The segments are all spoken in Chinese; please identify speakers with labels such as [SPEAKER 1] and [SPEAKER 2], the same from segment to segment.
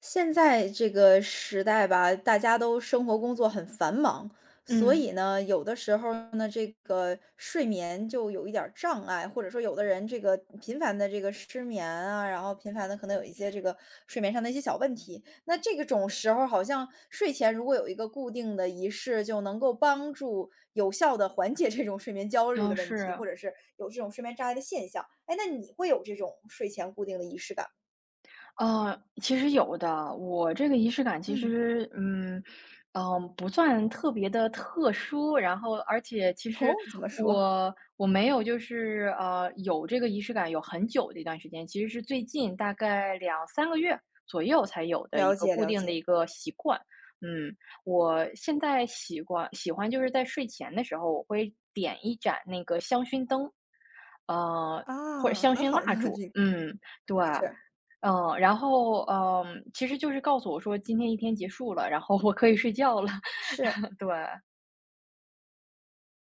[SPEAKER 1] 现在这个时代吧，大家都生活工作很繁忙，所
[SPEAKER 2] 嗯，
[SPEAKER 1] 以呢，有的时候呢，这个睡眠就有一点儿障碍，或者说有的人这个频繁的这个失眠啊，然后频繁的可能有一些这个睡眠上的一些小问题。那这个种时候，好像睡前如果有一个固定的仪式，就能够帮助有效的缓解这种睡眠焦虑的
[SPEAKER 2] 嗯，
[SPEAKER 1] 问题，
[SPEAKER 2] 是，
[SPEAKER 1] 或者是有这种睡眠障碍的现象。哎，那你会有这种睡前固定的仪式感吗？
[SPEAKER 2] 其实有的。我这个仪式感其
[SPEAKER 1] 嗯。
[SPEAKER 2] 实，不算特别的特殊，然后而且其
[SPEAKER 1] 哦，
[SPEAKER 2] 实
[SPEAKER 1] 怎么说？
[SPEAKER 2] 我没有就是，有这个仪式感有很久的一段时间，其实是最近大概两三个月左右才有的
[SPEAKER 1] 了
[SPEAKER 2] 一个
[SPEAKER 1] 解
[SPEAKER 2] 固
[SPEAKER 1] 了
[SPEAKER 2] 定的一
[SPEAKER 1] 解，
[SPEAKER 2] 个习惯。嗯，我现在习惯喜欢就是在睡前的时候，我会点一盏那个香薰灯，呃，或者
[SPEAKER 1] 啊，
[SPEAKER 2] 香
[SPEAKER 1] 很
[SPEAKER 2] 薰
[SPEAKER 1] 好的
[SPEAKER 2] 蜡 烛，
[SPEAKER 1] 这个
[SPEAKER 2] 对。
[SPEAKER 1] 是，
[SPEAKER 2] 然后，其实就是告诉我说今天一天结束了，然后我可以睡觉了。
[SPEAKER 1] 是。
[SPEAKER 2] 对，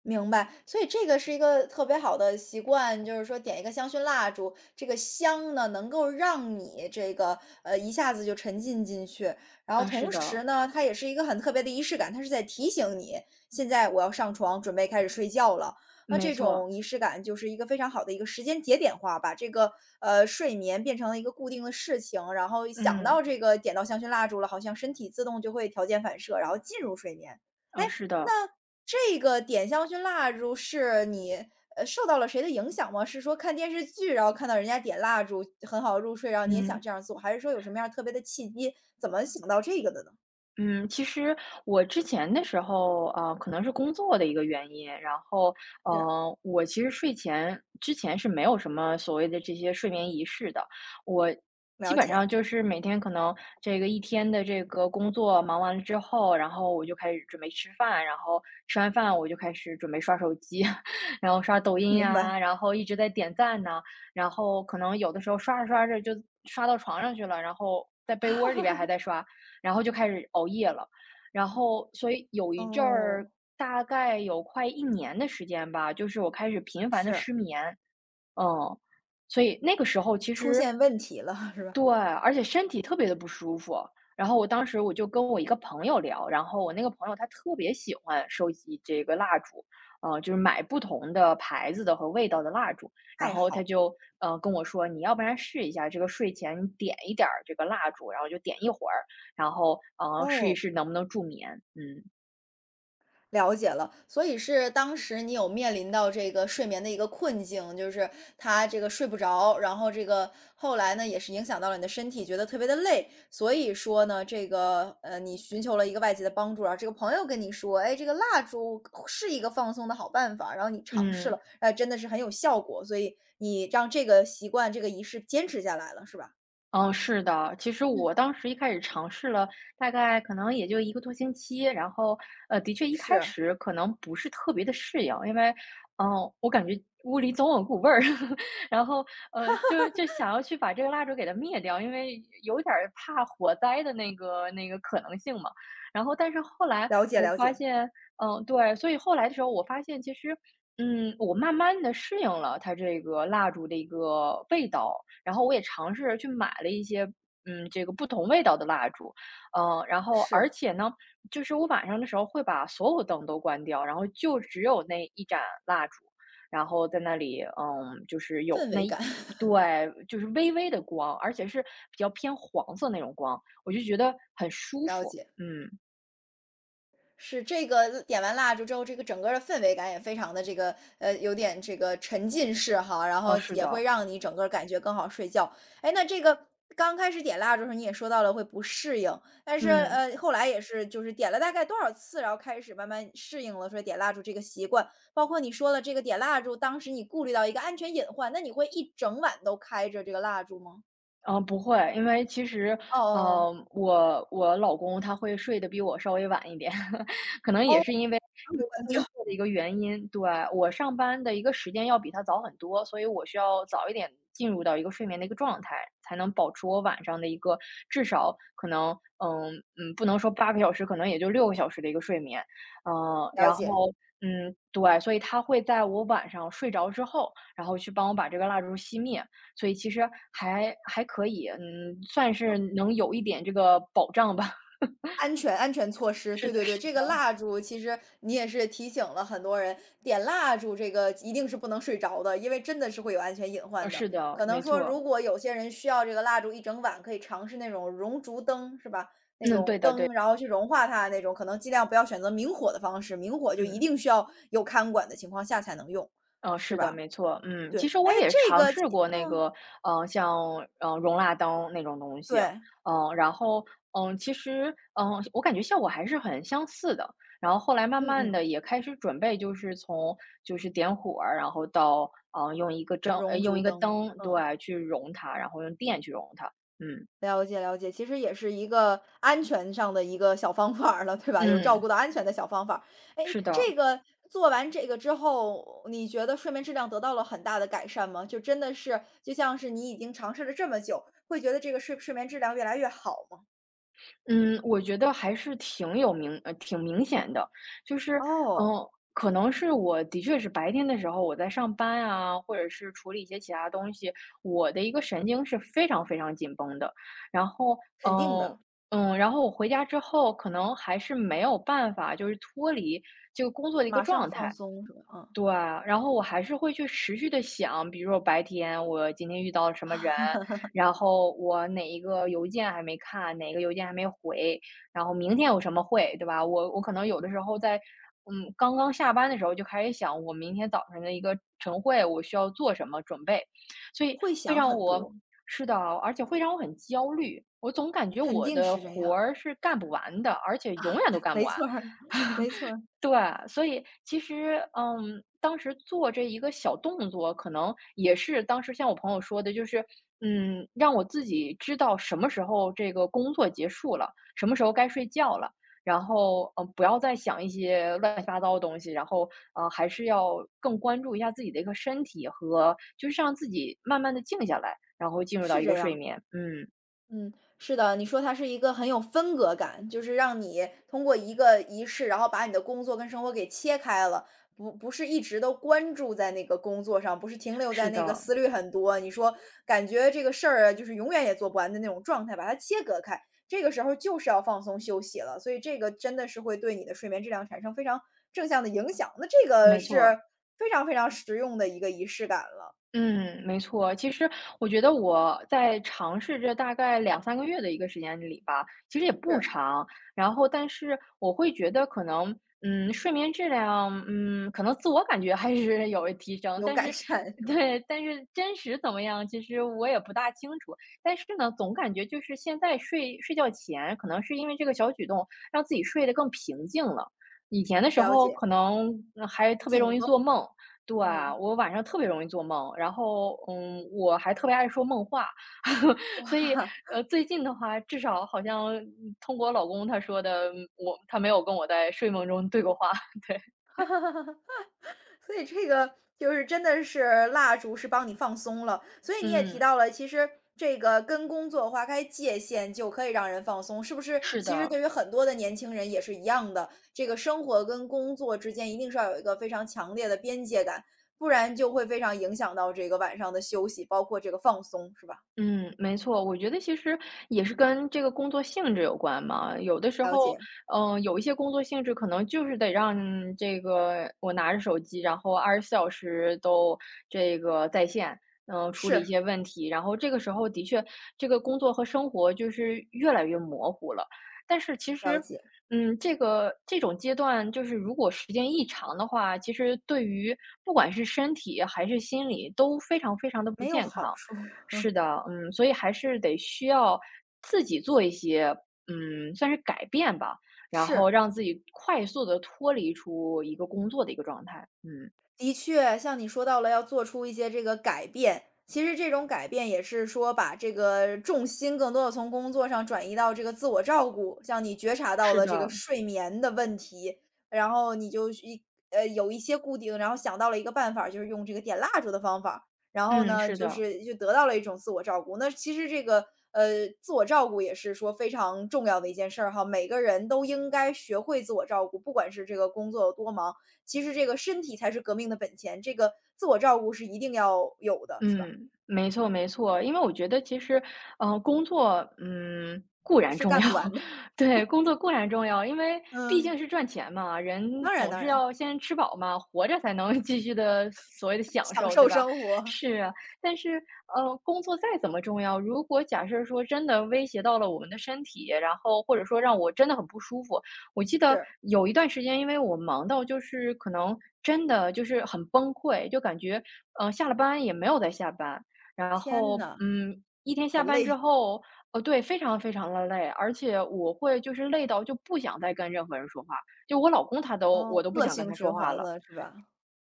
[SPEAKER 1] 明白，所以这个是一个特别好的习惯，就是说点一个香薰蜡烛，这个香呢能够让你这个一下子就沉浸进去，然后
[SPEAKER 2] 是
[SPEAKER 1] 同时
[SPEAKER 2] 的，
[SPEAKER 1] 呢，它也是一个很特别的仪式感，它是在提醒你现在我要上床准备开始睡觉了。那
[SPEAKER 2] 没
[SPEAKER 1] 这
[SPEAKER 2] 错，
[SPEAKER 1] 种仪式感就是一个非常好的一个时间节点化，把这个睡眠变成了一个固定的事情，然后想
[SPEAKER 2] 嗯，
[SPEAKER 1] 到这个点到香薰蜡烛了，好像身体自动就会条件反射，然后进入睡眠。哎，
[SPEAKER 2] 是的，
[SPEAKER 1] 这个点香薰蜡烛是你，呃，受到了谁的影响吗？是说看电视剧，然后看到人家点蜡烛很好入睡，然后你也想
[SPEAKER 2] 嗯。
[SPEAKER 1] 这样做，还是说有什么样特别的契机，怎么想到这个的呢？
[SPEAKER 2] 嗯，其实我之前的时候，可能是工作的一个原因，然后，
[SPEAKER 1] 是，
[SPEAKER 2] 我其实睡前之前是没有什么所谓的这些睡眠仪式的，我基
[SPEAKER 1] 了
[SPEAKER 2] 本上
[SPEAKER 1] 解，
[SPEAKER 2] 就是每天可能这个一天的这个工作忙完了之后，然后我就开始准备吃饭，然后吃完饭我就开始准备刷手机。然后刷抖音
[SPEAKER 1] 明白。
[SPEAKER 2] 呀，然后一直在点赞呐，然后可能有的时候刷着刷着就刷到床上去了，然后在被窝里边还在刷。然后就开始熬夜了。然后，所以有一阵
[SPEAKER 1] 哦，
[SPEAKER 2] 儿，大概有快一年的时间吧，就是我开始频繁的
[SPEAKER 1] 是，
[SPEAKER 2] 失眠。嗯，所以那个时候其
[SPEAKER 1] 出
[SPEAKER 2] 实。
[SPEAKER 1] 现问题了，是
[SPEAKER 2] 对，
[SPEAKER 1] 吧？
[SPEAKER 2] 而且身体特别的不舒服。然后我当时我就跟我一个朋友聊，然后我那个朋友他特别喜欢收集这个蜡烛，就是买不同的牌子的和味道的蜡烛。然
[SPEAKER 1] 爱
[SPEAKER 2] 后他
[SPEAKER 1] 好，
[SPEAKER 2] 就，跟我说："你要不然试一下这个睡前你点一点儿这个蜡烛，然后就点一会儿，然后，试一
[SPEAKER 1] 哦。
[SPEAKER 2] 试能不能助眠。"嗯。
[SPEAKER 1] 了解了，所以是当时你有面临到这个睡眠的一个困境，就是他这个睡不着，然后这个后来呢也是影响到了你的身体，觉得特别的累，所以说呢，这个你寻求了一个外界的帮助，然后这个朋友跟你说，哎，这个蜡烛是一个放松的好办法，然后你尝试
[SPEAKER 2] 嗯。
[SPEAKER 1] 了，哎，真的是很有效果，所以你让这个习惯这个仪式坚持下来了，是吧？
[SPEAKER 2] 嗯，是的，其实
[SPEAKER 1] 嗯，
[SPEAKER 2] 我当时一开始尝试了，大概可能也就一个多星期，然后，的确一开
[SPEAKER 1] 是，
[SPEAKER 2] 始可能不是特别的适应，因为，我感觉屋里总有股味儿。然后，就想要去把这个蜡烛给它灭掉，因为有点儿怕火灾的那个可能性嘛。然后但是后来
[SPEAKER 1] 了解
[SPEAKER 2] 我
[SPEAKER 1] 了
[SPEAKER 2] 发
[SPEAKER 1] 解，
[SPEAKER 2] 现。嗯，对，所以后来的时候我发现其实，我慢慢的适应了它这个蜡烛的一个味道，然后我也尝试着去买了一些，这个不同味道的蜡烛，然后而
[SPEAKER 1] 是
[SPEAKER 2] 且呢，就是我晚上的时候会把所有灯都关掉，然后就只有那一盏蜡烛，然后在那里，就是有
[SPEAKER 1] 氛
[SPEAKER 2] 那
[SPEAKER 1] 围
[SPEAKER 2] 一。
[SPEAKER 1] 感，
[SPEAKER 2] 对，就是微微的光，而且是比较偏黄色那种光，我就觉得很 舒
[SPEAKER 1] 了
[SPEAKER 2] 服。
[SPEAKER 1] 解。
[SPEAKER 2] 嗯，
[SPEAKER 1] 是这个点完蜡烛之后，这个整个的氛围感也非常的这个，有点这个沉浸式哈，然后
[SPEAKER 2] 哦，是
[SPEAKER 1] 也会
[SPEAKER 2] 的，
[SPEAKER 1] 让你整个感觉更好睡觉。哎，那这个刚开始点蜡烛的时候，你也说到了会不适应，但是，
[SPEAKER 2] 嗯。
[SPEAKER 1] 后来也是就是点了大概多少次，然后开始慢慢适应了说点蜡烛这个习惯。包括你说了这个点蜡烛，当时你顾虑到一个安全隐患，那你会一整晚都开着这个蜡烛吗？
[SPEAKER 2] 嗯，不会，因为其实，
[SPEAKER 1] 哦
[SPEAKER 2] 我老公他会睡得比我稍微晚一点。可能
[SPEAKER 1] 哦哦，
[SPEAKER 2] 也
[SPEAKER 1] 哦，
[SPEAKER 2] 是因为
[SPEAKER 1] 还
[SPEAKER 2] 这
[SPEAKER 1] 会
[SPEAKER 2] 个
[SPEAKER 1] 关
[SPEAKER 2] 工
[SPEAKER 1] 掉，
[SPEAKER 2] 作的一个原因。对，我上班的一个时间要比他早很多，所以我需要早一点进入到一个睡眠的一个状态，才能保持我晚上的一个至少可能，嗯不能说8个小时，可能也就6个小时的一个睡眠。嗯、
[SPEAKER 1] 了
[SPEAKER 2] 然
[SPEAKER 1] 解。
[SPEAKER 2] 后对，所以他会在我晚上睡着之后，然后去帮我把这个蜡烛熄灭。所以其实还可以，嗯，算是能有一点这个保障吧。
[SPEAKER 1] 安全安全措施，
[SPEAKER 2] 是
[SPEAKER 1] 对
[SPEAKER 2] 的，
[SPEAKER 1] 对对，
[SPEAKER 2] 是
[SPEAKER 1] 这个
[SPEAKER 2] 的，
[SPEAKER 1] 蜡烛其实你也是提醒了很多人，点蜡烛这个一定是不能睡着的，因为真的是会有安全隐患的。
[SPEAKER 2] 是的，
[SPEAKER 1] 可能
[SPEAKER 2] 没
[SPEAKER 1] 说，
[SPEAKER 2] 错。
[SPEAKER 1] 如果有些人需要这个蜡烛一整晚，可以尝试那种熔烛灯，是吧？那
[SPEAKER 2] 嗯，
[SPEAKER 1] 种
[SPEAKER 2] 对的，对，
[SPEAKER 1] 灯，然后去融化它那种，可能尽量不要选择明火的方式，明火就一
[SPEAKER 2] 嗯，
[SPEAKER 1] 定需要有看管的情况下才能用，是
[SPEAKER 2] 是的，
[SPEAKER 1] 吧？
[SPEAKER 2] 没错，嗯，
[SPEAKER 1] 对，
[SPEAKER 2] 其实我
[SPEAKER 1] 哎，
[SPEAKER 2] 也
[SPEAKER 1] 这
[SPEAKER 2] 尝
[SPEAKER 1] 个，
[SPEAKER 2] 试过那
[SPEAKER 1] 嗯，
[SPEAKER 2] 个，像容蜡灯那种东西，
[SPEAKER 1] 对，
[SPEAKER 2] 嗯，然后其实我感觉效果还是很相似的。然后后来慢
[SPEAKER 1] 嗯
[SPEAKER 2] 慢
[SPEAKER 1] 嗯，
[SPEAKER 2] 的也开始准备，就是从就是点火儿，然后到
[SPEAKER 1] 熔
[SPEAKER 2] 用
[SPEAKER 1] 烛
[SPEAKER 2] 一个
[SPEAKER 1] 灯，
[SPEAKER 2] 灯，
[SPEAKER 1] 嗯。
[SPEAKER 2] 对，去融它，然后用电去融它。嗯。
[SPEAKER 1] 了解了解，其实也是一个安全上的一个小方法儿了，对吧？有照顾
[SPEAKER 2] 嗯，
[SPEAKER 1] 到安全的小方法儿。哎，
[SPEAKER 2] 是
[SPEAKER 1] 这
[SPEAKER 2] 的，
[SPEAKER 1] 个做完这个之后，你觉得睡眠质量得到了很大的改善吗？就真的是就像是你已经尝试了这么久，会觉得这个睡眠质量越来越好吗？
[SPEAKER 2] 嗯，我觉得还是挺明显的，就是，
[SPEAKER 1] 哦，
[SPEAKER 2] 嗯，可能是我的确是白天的时候我在上班啊，或者是处理一些其他东西，我的一个神经是非常非常紧绷的，然后，
[SPEAKER 1] 肯定
[SPEAKER 2] 嗯
[SPEAKER 1] 的，
[SPEAKER 2] 然后我回家之后，可能还是没有办法就是脱离这个工作的一个
[SPEAKER 1] 马上
[SPEAKER 2] 状
[SPEAKER 1] 放
[SPEAKER 2] 态。
[SPEAKER 1] 松是吧？嗯，
[SPEAKER 2] 对，然后我还是会去持续的想，比如说白天我今天遇到了什么人，然后我哪一个邮件还没看，哪个邮件还没回，然后明天有什么会，对吧？我可能有的时候在，刚刚下班的时候就开始想，我明天早上的一个晨会，我需要做什么准备，所以
[SPEAKER 1] 会
[SPEAKER 2] 会
[SPEAKER 1] 想
[SPEAKER 2] 让
[SPEAKER 1] 很
[SPEAKER 2] 我。
[SPEAKER 1] 多，
[SPEAKER 2] 是的，而且会让我很焦虑，我总感觉
[SPEAKER 1] 肯
[SPEAKER 2] 我
[SPEAKER 1] 定
[SPEAKER 2] 的
[SPEAKER 1] 是这样，
[SPEAKER 2] 活儿是干不完的，而且永远都 干不
[SPEAKER 1] 没
[SPEAKER 2] 完。
[SPEAKER 1] 错儿，没错儿，
[SPEAKER 2] 对，所以其实，当时做这一个小动作，可能也是当时像我朋友说的，就是，让我自己知道什么时候这个工作结束了，什么时候该睡觉了，然后，不要再想一些乱七八糟的东西，然后，还是要更关注一下自己的一个身体和，就是让自己慢慢的静下来，然后进入到
[SPEAKER 1] 是
[SPEAKER 2] 一
[SPEAKER 1] 这
[SPEAKER 2] 个睡
[SPEAKER 1] 样。
[SPEAKER 2] 眠。嗯，
[SPEAKER 1] 嗯，是的，你说它是一个很有分隔感，就是让你通过一个仪式，然后把你的工作跟生活给切开了，不是一直都关注在那个工作上，不是停留在
[SPEAKER 2] 是
[SPEAKER 1] 那个
[SPEAKER 2] 的，
[SPEAKER 1] 思虑很多，你说感觉这个事儿啊就是永远也做不完的那种状态，把它切割开，这个时候就是要放松休息了，所以这个真的是会对你的睡眠质量产生非常正向的影响，那这个
[SPEAKER 2] 没
[SPEAKER 1] 是
[SPEAKER 2] 错。
[SPEAKER 1] 非常非常实用的一个仪式感了，
[SPEAKER 2] 嗯，没错。其实我觉得我在尝试这大概两三个月的一个时间里吧，其实也不
[SPEAKER 1] 是
[SPEAKER 2] 长。然后但是我会觉得可能，睡眠质量，可能自我感觉还是有提升，
[SPEAKER 1] 有
[SPEAKER 2] 但
[SPEAKER 1] 改
[SPEAKER 2] 是
[SPEAKER 1] 善是吧？
[SPEAKER 2] 对，但是真实怎么样，其实我也不大清楚。但是呢，总感觉就是现在睡觉前，可能是因为这个小举动，让自己睡得更平静了。以前的时
[SPEAKER 1] 了
[SPEAKER 2] 候
[SPEAKER 1] 解，
[SPEAKER 2] 可能，还特别
[SPEAKER 1] 紧
[SPEAKER 2] 容易
[SPEAKER 1] 绷，
[SPEAKER 2] 做梦。对，
[SPEAKER 1] 嗯。
[SPEAKER 2] 我晚上特别容易做梦，然后，我还特别爱说梦话。所以，
[SPEAKER 1] 哇，
[SPEAKER 2] 最近的话，至少好像通过我老公他说的，他没有跟我在睡梦中对过话。对，
[SPEAKER 1] 所以这个就是真的是蜡烛是帮你放松了，所以你也提
[SPEAKER 2] 嗯，
[SPEAKER 1] 到了，其实这个跟工作划开界限就可以让人放松，是不是？
[SPEAKER 2] 是
[SPEAKER 1] 其实
[SPEAKER 2] 的。
[SPEAKER 1] 对于很多的年轻人也是一样的，这个生活跟工作之间一定是要有一个非常强烈的边界感，不然就会非常影响到这个晚上的休息，包括这个放松，是吧？
[SPEAKER 2] 嗯，没错，我觉得其实也是跟这个工作性质有关嘛。有的时
[SPEAKER 1] 了
[SPEAKER 2] 候，
[SPEAKER 1] 解，
[SPEAKER 2] 有一些工作性质可能就是得让这个我拿着手机，然后24小时都这个在线，处理一
[SPEAKER 1] 是
[SPEAKER 2] 些问题。然后这个时候的确，这个工作和生活就是越来越模糊了。但是其
[SPEAKER 1] 了
[SPEAKER 2] 实，
[SPEAKER 1] 解，
[SPEAKER 2] 这种阶段，就是如果时间一长的话，其实对于不管是身体还是心理都非常非常的不
[SPEAKER 1] 没有
[SPEAKER 2] 健
[SPEAKER 1] 好
[SPEAKER 2] 康。
[SPEAKER 1] 处，
[SPEAKER 2] 是的，嗯，所以还是得需要自己做一些，算是改变吧，然后
[SPEAKER 1] 是。
[SPEAKER 2] 让自己快速的脱离出一个工作的一个状态。嗯，
[SPEAKER 1] 的确，像你说到了要做出一些这个改变，其实这种改变也是说把这个重心更多的从工作上转移到这个自我照顾，像你觉察到
[SPEAKER 2] 是
[SPEAKER 1] 了
[SPEAKER 2] 的，
[SPEAKER 1] 这个睡眠的问题，然后你就呃，有一些固定，然后想到了一个办法就是用这个点蜡烛的方法然后
[SPEAKER 2] 嗯，
[SPEAKER 1] 呢，
[SPEAKER 2] 是
[SPEAKER 1] 就
[SPEAKER 2] 的。
[SPEAKER 1] 是就得到了一种自我照顾。那其实这个，呃，自我照顾也是说非常重要的一件事儿哈，每个人都应该学会自我照顾，不管是这个工作有多忙，其实这个身体才是革命的本钱，这个自我照顾是一定要有的，是吧？
[SPEAKER 2] 嗯，没错没错。因为我觉得其实，工作，固然
[SPEAKER 1] 是
[SPEAKER 2] 重
[SPEAKER 1] 干
[SPEAKER 2] 要。
[SPEAKER 1] 不完的。
[SPEAKER 2] 对，工作固然重要，因为毕
[SPEAKER 1] 嗯。
[SPEAKER 2] 竟是赚钱嘛，人
[SPEAKER 1] 当然
[SPEAKER 2] 总
[SPEAKER 1] 当
[SPEAKER 2] 是
[SPEAKER 1] 然，
[SPEAKER 2] 要先吃饱嘛，活着才能 继续的所谓的享
[SPEAKER 1] 享
[SPEAKER 2] 受，
[SPEAKER 1] 受
[SPEAKER 2] 对吧？
[SPEAKER 1] 生活，
[SPEAKER 2] 是啊，但是，工作再怎么重要，如果假设说真的威胁到了我们的身体，然后或者说让我真的很不舒服。我记得
[SPEAKER 1] 是。
[SPEAKER 2] 有一段时间，因为我忙到就是可能真的就是很崩溃，就感觉下了班也没有再下班，然
[SPEAKER 1] 天
[SPEAKER 2] 后
[SPEAKER 1] 呐，
[SPEAKER 2] 嗯，一天
[SPEAKER 1] 好
[SPEAKER 2] 下班之
[SPEAKER 1] 累，
[SPEAKER 2] 后，对，非常非常的累，而且我会就是累到就不想再跟任何人说话，就我老公他都我
[SPEAKER 1] 哦，
[SPEAKER 2] 都不
[SPEAKER 1] 恶
[SPEAKER 2] 想跟
[SPEAKER 1] 性
[SPEAKER 2] 他说
[SPEAKER 1] 循
[SPEAKER 2] 话
[SPEAKER 1] 环
[SPEAKER 2] 了。
[SPEAKER 1] 了是吧？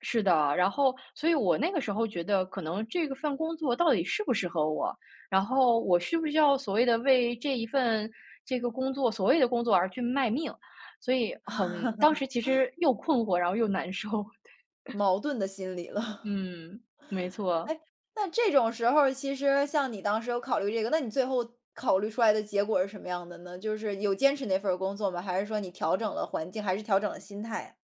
[SPEAKER 2] 是的，然后所以我那个时候觉得，可能这个份工作到底适不适合我，然后我需不需要所谓的为这一份工作而去卖命，所以很当时其实又困惑，然后又难受。
[SPEAKER 1] 矛盾的心理 了。
[SPEAKER 2] 嗯，没错。
[SPEAKER 1] 那这种时候其实像你当时有考虑这个，那你最后考虑出来的结果是什么样的呢？就是有坚持那份儿工作吗？还是说你调整了环境，还是调整了心态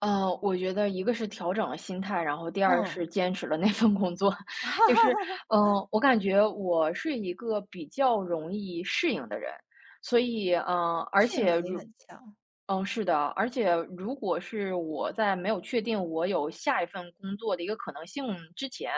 [SPEAKER 2] 我觉得一个是调整了心态，然后第二
[SPEAKER 1] 嗯。
[SPEAKER 2] 是坚持了那份工作。
[SPEAKER 1] 哈
[SPEAKER 2] 就是，
[SPEAKER 1] 哈哈，
[SPEAKER 2] 我感觉我是一个比较容易适应的人。所以，嗯，而
[SPEAKER 1] 适应
[SPEAKER 2] 且
[SPEAKER 1] 能力
[SPEAKER 2] 如
[SPEAKER 1] 很强，
[SPEAKER 2] 嗯，是的，而且如果是我在没有确定我有下一份工作的一个可能性之前，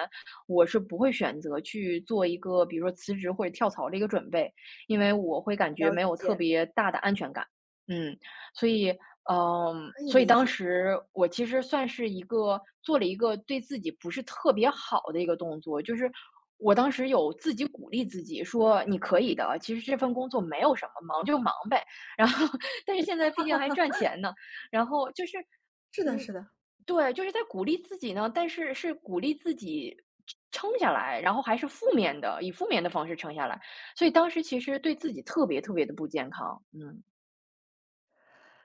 [SPEAKER 2] 我是不会选择去做一个比如说辞职或者跳槽的一个准备，因为我会感觉
[SPEAKER 1] 了
[SPEAKER 2] 没有特
[SPEAKER 1] 解，
[SPEAKER 2] 别大的安全感。嗯。所以，嗯，
[SPEAKER 1] 可以
[SPEAKER 2] 所以
[SPEAKER 1] 理
[SPEAKER 2] 当
[SPEAKER 1] 解。
[SPEAKER 2] 时我其实算是一个做了一个对自己不是特别好的一个动作，就是我当时有自己鼓励自己说：“你可以的，其实这份工作没有什么，忙就忙呗。”然后，但是现在毕竟还赚钱呢，然后就是，
[SPEAKER 1] 是的是
[SPEAKER 2] 嗯，
[SPEAKER 1] 的。
[SPEAKER 2] 对，就是在鼓励自己呢，但是是鼓励自己撑下来，然后还是负面的，以负面的方式撑下来，所以当时其实对自己特别特别的不健康，嗯。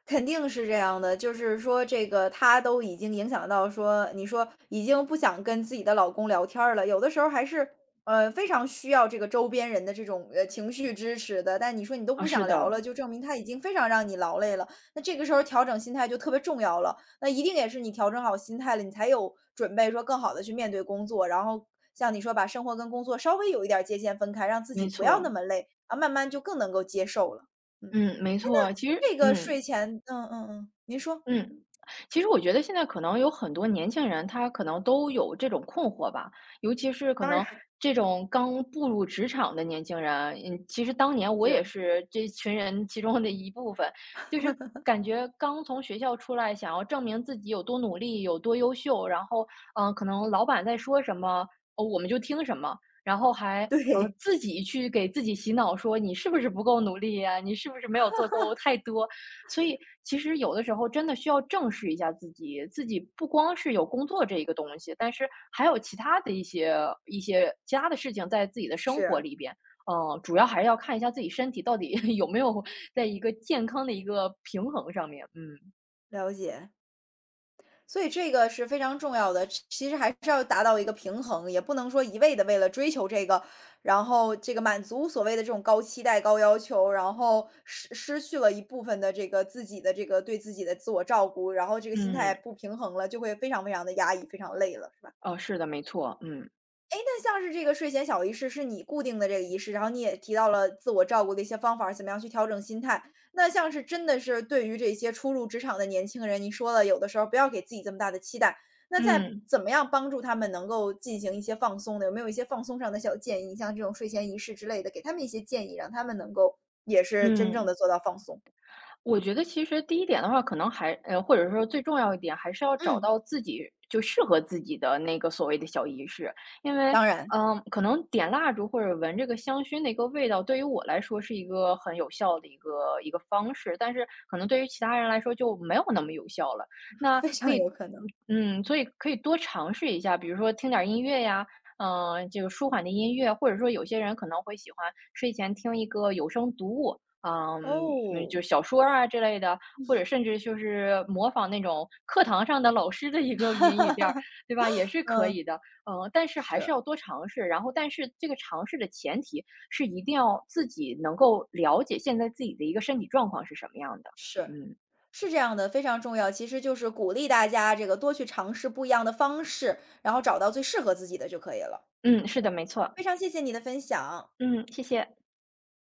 [SPEAKER 1] 肯定是这样的，就是说这个她都已经影响到说，你说已经不想跟自己的老公聊天儿了，有的时候还是，呃，非常需要这个周边人的这种，呃，情绪支持的，但你说你都不
[SPEAKER 2] 啊，是
[SPEAKER 1] 想聊了，
[SPEAKER 2] 的。
[SPEAKER 1] 就证明他已经非常让你劳累了，那这个时候调整心态就特别重要了。那一定也是你调整好心态了，你才有准备说更好的去面对工作，然后像你说把生活跟工作稍微有一点儿界限分开，让自己
[SPEAKER 2] 没
[SPEAKER 1] 不要那
[SPEAKER 2] 错，
[SPEAKER 1] 么累，啊，慢慢就更能够接受了，嗯。
[SPEAKER 2] 嗯，没错。其实
[SPEAKER 1] 这个
[SPEAKER 2] 嗯，
[SPEAKER 1] 睡前嗯嗯嗯，您说。
[SPEAKER 2] 嗯，其实我觉得现在可能有很多年轻人，他可能都有这种困惑吧，尤其是可
[SPEAKER 1] 当然
[SPEAKER 2] 能这种刚步入职场的年轻人。嗯，其实当年我也
[SPEAKER 1] 是，
[SPEAKER 2] 是这群人其中的一部分，就是感觉刚从学校出来，想要证明自己有多努力、有多优秀。然后，嗯、可能老板在说什么，哦，我们就听什么。然后
[SPEAKER 1] 对，
[SPEAKER 2] 自己去给自己洗脑说你是不是不够努力呀、你是不是没有做够太多？所以其实有的时候真的需要正视一下自己，自己不光是有工作这一个东西，但是还有其他的一些一些其他的事情在自己的生活
[SPEAKER 1] 是，
[SPEAKER 2] 里边。主要还是要看一下自己身体到底 有没有在一个健康的一个平衡上面。嗯
[SPEAKER 1] 了解。所以这个是非常重要的，其实还是要达到一个平衡，也不能说一味的为了追求这个，然后这个满足所谓的这种高期待、高要求，然后失去了一部分的这个自己的这个对自己的自我照顾，然后这个心态
[SPEAKER 2] 嗯，
[SPEAKER 1] 不平衡了，就会非常非常的压抑，非常累了。是吧？
[SPEAKER 2] 哦，是的，没错。嗯
[SPEAKER 1] 那像是这个睡前小仪式是你固定的这个仪式，然后你也提到了自我照顾的一些方法怎么样去调整心态。那像是真的是对于这些初入职场的年轻人，你说了，有的时候不要给自己这么大的期待。那在
[SPEAKER 2] 嗯
[SPEAKER 1] 怎么样帮助他们能够进行一些放松呢？有没有一些放松上的小建议？像这种睡前仪式之类的，给他们一些建议，让他们能够也是真正
[SPEAKER 2] 嗯。
[SPEAKER 1] 的做到放松。
[SPEAKER 2] 我觉得其实第一点的话，可能或者说最重要一点，还是要找
[SPEAKER 1] 嗯。
[SPEAKER 2] 到自己适合自己的那个所谓的小仪式。因为，
[SPEAKER 1] 当然，
[SPEAKER 2] 嗯，可能点蜡烛或者闻这个香薰的一个味道，对于我来说是一个很有效的一个方式，但是可能对于其他人来说就没有那么有效了。那
[SPEAKER 1] 非
[SPEAKER 2] 可
[SPEAKER 1] 常
[SPEAKER 2] 以，
[SPEAKER 1] 有可能。
[SPEAKER 2] 嗯，所以可以多尝试一下，比如说听点儿音乐呀，嗯，这个舒缓的音乐，或者说有些人可能会喜欢睡前听一个有声读物，嗯，嗯
[SPEAKER 1] 哦，
[SPEAKER 2] 就小说啊之类的，或者甚至就是模仿那种课堂上的老师的一个语音语调儿，对吧？也是可
[SPEAKER 1] 嗯，
[SPEAKER 2] 以的。嗯，但是
[SPEAKER 1] 是，
[SPEAKER 2] 还是要多尝试，然后但是这个尝试的前提是一定要自己能够了解现在自己的一个身体状况是什么样的。
[SPEAKER 1] 是。
[SPEAKER 2] 嗯，
[SPEAKER 1] 是这样的，非常重要。其实就是鼓励大家这个多去尝试不一样的方式，然后找到最适合自己的就可以了。
[SPEAKER 2] 嗯，是的，没错。
[SPEAKER 1] 非常谢谢你的分享。
[SPEAKER 2] 嗯，谢谢。